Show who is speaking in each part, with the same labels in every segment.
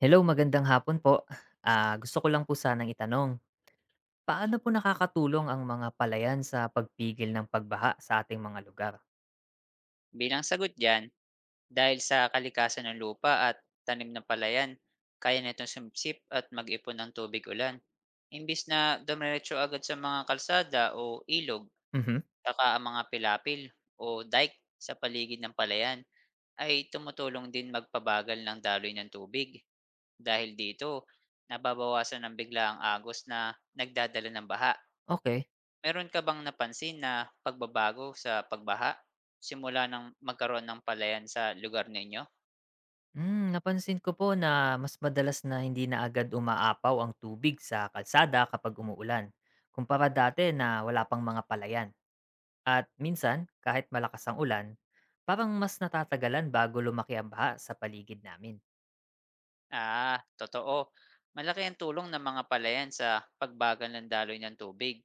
Speaker 1: Hello, magandang hapon po. Gusto ko lang po sanang itanong, paano po nakakatulong ang mga palayan sa pagpigil ng pagbaha sa ating mga lugar?
Speaker 2: Bilang sagot diyan, dahil sa kalikasan ng lupa at tanim ng palayan, kaya nitong sumipsip at mag-ipon ng tubig ulan. Imbis na dumiretso agad sa mga kalsada o ilog,
Speaker 1: Mhm.
Speaker 2: saka ang mga pilapil o dike sa paligid ng palayan ay tumutulong din magpabagal ng daloy ng tubig. Dahil dito, nababawasan ng bigla ang agos na nagdadala ng baha.
Speaker 1: Okay.
Speaker 2: Meron ka bang napansin na pagbabago sa pagbaha, simula ng magkaroon ng palayan sa lugar ninyo?
Speaker 1: Napansin ko po na mas madalas na hindi na agad umaapaw ang tubig sa kalsada kapag umuulan, kumpara dati na wala pang mga palayan. At minsan, kahit malakas ang ulan, parang mas natatagalan bago lumaki ang baha sa paligid namin.
Speaker 2: Ah, totoo. Malaki ang tulong ng mga palayan sa pagbagal ng daloy ng tubig.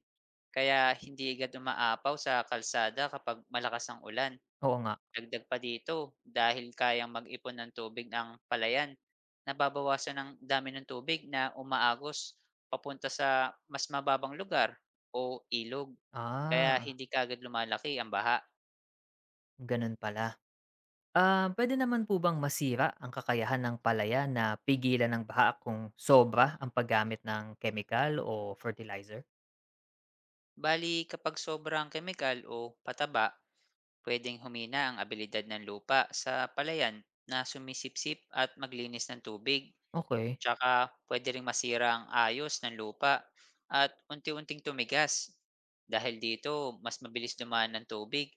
Speaker 2: Kaya hindi agad umaapaw sa kalsada kapag malakas ang ulan.
Speaker 1: Oo nga.
Speaker 2: Dagdag pa dito, dahil kayang mag-ipon ng tubig ang palayan, nababawasan ang dami ng tubig na umaagos papunta sa mas mababang lugar o ilog. Kaya
Speaker 1: Ah,
Speaker 2: hindi kagad lumalaki ang baha.
Speaker 1: Ganun pala. Puwede naman po bang masira ang kakayahan ng palaya na pigilan ng baha kung sobra ang paggamit ng chemical o fertilizer?
Speaker 2: Bali, kapag sobrang kemikal o pataba, pwedeng humina ang abilidad ng lupa sa palayan na sumisipsip at maglinis ng tubig.
Speaker 1: Okay.
Speaker 2: Tsaka pwede ring masira ang ayos ng lupa at unti-unting tumigas. Dahil dito, mas mabilis dumaan ng tubig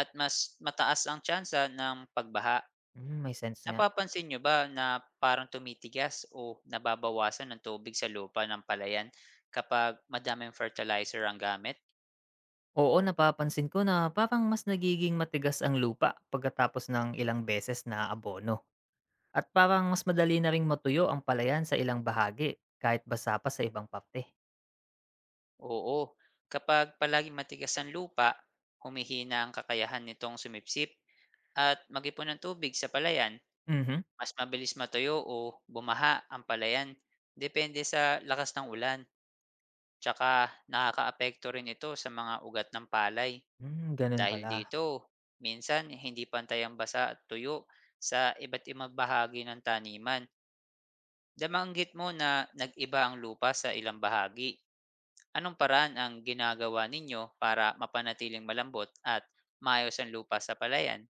Speaker 2: at mas mataas ang tsansa ng pagbaha.
Speaker 1: May sense nga.
Speaker 2: Napapansin nyo ba na parang tumitigas o nababawasan ng tubig sa lupa ng palayan kapag madaming fertilizer ang gamit?
Speaker 1: Oo, napapansin ko na parang mas nagiging matigas ang lupa pagkatapos ng ilang beses na abono at parang mas madali na ring matuyo ang palayan sa ilang bahagi kahit basa pa sa ibang parte.
Speaker 2: Oo, kapag palaging matigas ang lupa, humihina ang kakayahan nitong sumipsip at mag-ipon ng tubig sa palayan.
Speaker 1: Mhm.
Speaker 2: Mas mabilis matuyo o bumaha ang palayan, depende sa lakas ng ulan. Tsaka nakakaapekto rin ito sa mga ugat ng palay.
Speaker 1: Gano'n
Speaker 2: Dahil
Speaker 1: pala.
Speaker 2: dito, minsan hindi pantay ang basa at tuyo sa iba't ibang bahagi ng taniman. Nabanggit mo na nag-iba ang lupa sa ilang bahagi. Anong paraan ang ginagawa ninyo para mapanatiling malambot at maayos ang lupa sa palayan?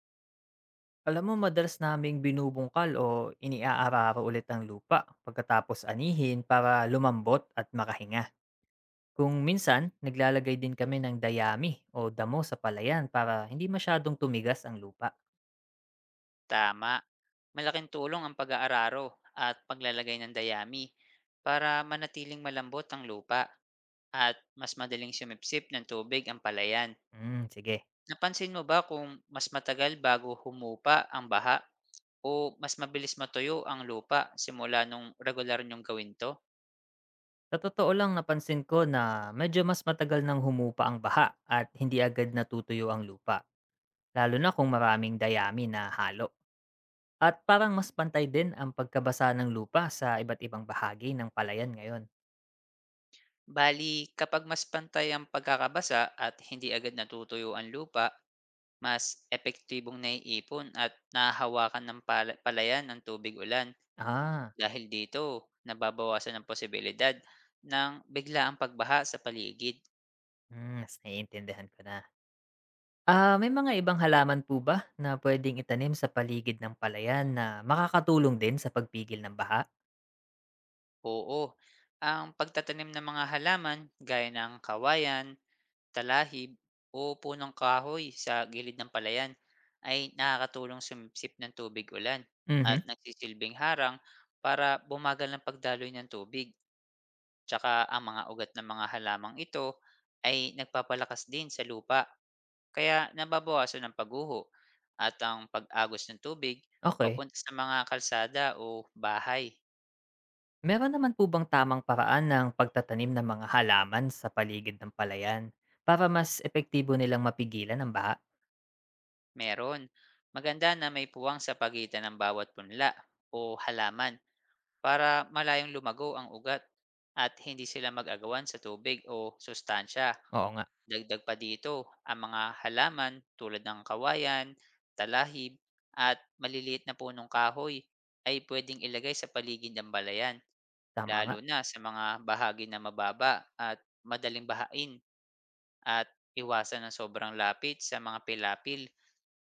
Speaker 1: Alam mo madalas naming binubungkal o iniaararo ulit ang lupa pagkatapos anihin para lumambot at makahinga. Kung minsan, naglalagay din kami ng dayami o damo sa palayan para hindi masyadong tumigas ang lupa.
Speaker 2: Tama, malaking tulong ang pag-aararo at paglalagay ng dayami para manatiling malambot ang lupa at mas madaling sumipsip ng tubig ang palayan.
Speaker 1: Sige.
Speaker 2: Napansin mo ba kung mas matagal bago humupa ang baha o mas mabilis matuyo ang lupa simula nung regular nyong gawin to?
Speaker 1: Sa totoo lang napansin ko na medyo mas matagal nang humupa ang baha at hindi agad natutuyo ang lupa. Lalo na kung maraming dayami na halo. At parang mas pantay din ang pagkabasa ng lupa sa iba't ibang bahagi ng palayan ngayon.
Speaker 2: Bali, kapag mas pantay ang pagkakabasa at hindi agad natutuyo ang lupa, mas epektibong naiipon at nahahawakan ng palayan ng tubig ulan.
Speaker 1: Ah,
Speaker 2: Dahil dito, nababawasan ang posibilidad ng bigla ang pagbaha sa paligid.
Speaker 1: Mas naiintindihan ko na. May mga ibang halaman po ba na puwedeng itanim sa paligid ng palayan na makakatulong din sa pagpigil ng baha?
Speaker 2: Oo, ang pagtatanim ng mga halaman gaya ng kawayan, talahib o punong kahoy sa gilid ng palayan ay nakakatulong sumipsip ng tubig ulan at
Speaker 1: Mhm,
Speaker 2: nagsisilbing harang para bumagal ng pagdaloy ng tubig. Tsaka ang mga ugat ng mga halamang ito ay nagpapalakas din sa lupa, kaya nababawasan ng pagguho at ang pag-agos ng tubig
Speaker 1: okey.
Speaker 2: papunta sa mga kalsada o bahay.
Speaker 1: Meron naman po bang tamang paraan ng pagtatanim ng mga halaman sa paligid ng palayan para mas epektibo nilang mapigilan ang baha?
Speaker 2: Meron, maganda na may puwang sa pagitan ng bawat punla o halaman para malayong lumago ang ugat at hindi sila mag-agawan sa tubig o sustansya.
Speaker 1: Oo nga,
Speaker 2: Dagdag pa dito, ang mga halaman tulad ng kawayan, talahib at maliliit na punong kahoy ay pwedeng ilagay sa paligid ng balayan,
Speaker 1: tama nga.
Speaker 2: lalo na sa mga bahagi na mababa at madaling bahain, at iwasan ng sobrang lapit sa mga pilapil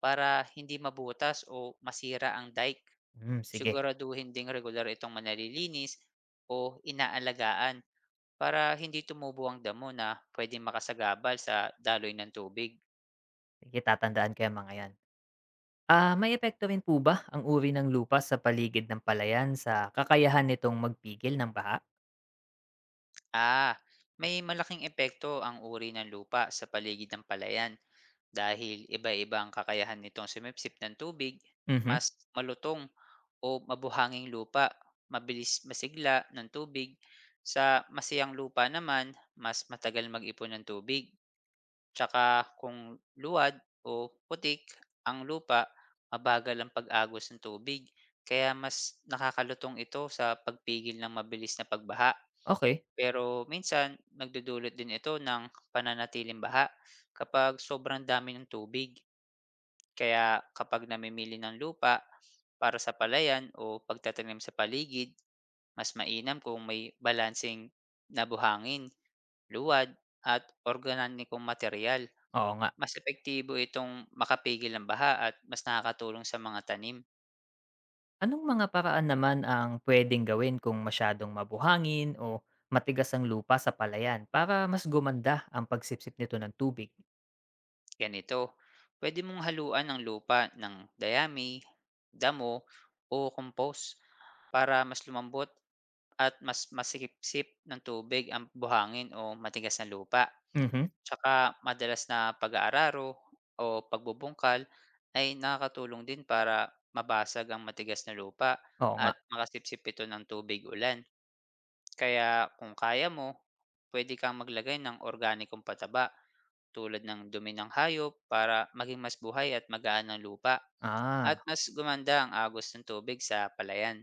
Speaker 2: para hindi mabutas o masira ang dike.
Speaker 1: Sige.
Speaker 2: Siguraduhin ding regular itong manalilinis o inaalagaan para hindi tumubo ang damo na pwedeng makasagabal sa daloy ng tubig.
Speaker 1: Sige, tatandaan ko yang mga yan. May epekto rin po ba ang uri ng lupa sa paligid ng palayan sa kakayahan nitong magpigil ng baha?
Speaker 2: Ah, may malaking epekto ang uri ng lupa sa paligid ng palayan dahil iba-iba ang kakayahan nitong sumipsip ng tubig.
Speaker 1: Mhm,
Speaker 2: Mas malutong o mabuhanging lupa, mabilis masigla ng tubig; sa masiyang lupa naman, mas matagal mag-ipon ng tubig. Tsaka kung luwad o putik ang lupa, mabagal ang pag-agos ng tubig kaya mas nakakalutong ito sa pagpigil ng mabilis na pagbaha.
Speaker 1: okay.
Speaker 2: Pero minsan, nagdudulot din ito ng pananatiling baha kapag sobrang dami ng tubig. Kaya kapag namimili ng lupa para sa palayan o pagtatanim sa paligid, mas mainam kung may balansing na buhangin, luwad, at organikong material.
Speaker 1: Oo nga.
Speaker 2: Mas epektibo itong makapigil ng baha at mas nakakatulong sa mga tanim.
Speaker 1: Anong mga paraan naman ang puwedeng gawin kung masyadong mabuhangin o matigas ang lupa sa palayan para mas gumanda ang pagsipsip nito ng tubig?
Speaker 2: Ganito, pwede mong haluan ng lupa ng dayami, damo, o compost para mas lumambot at mas masikip-sip ng tubig ang buhangin o matigas na lupa.
Speaker 1: Mhm,
Speaker 2: Tsaka madalas na pag-aararo o pagbubungkal ay nakakatulong din para mabasag ang matigas na lupa
Speaker 1: oo nga.
Speaker 2: at makasipsip ito ng tubig ulan. Kaya kung kaya mo, pwede kang maglagay ng organikong pataba tulad ng dumi ng hayop para maging mas buhay at magaan ang lupa at
Speaker 1: Ah,
Speaker 2: mas gumanda ang agos ng tubig sa palayan.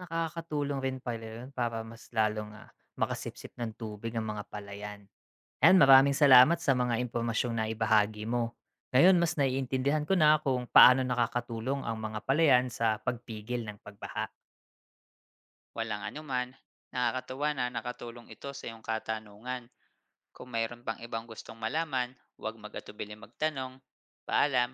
Speaker 1: Nakakatulong rin pala yun para mas lalong, makasipsip ng tubig ang mga palayan. Ayan, maraming salamat sa mga impormasyong na ibahagi mo. Ngayon mas naiintindihan ko na kung paano nakakatulong ang mga palayan sa pagpigil ng pagbaha.
Speaker 2: Walang anuman, nakakatuwa na nakatulong ito sa iyong katanungan. Kung mayroon pang ibang gustong malaman, huwag mag-atubiling magtanong. Paalam!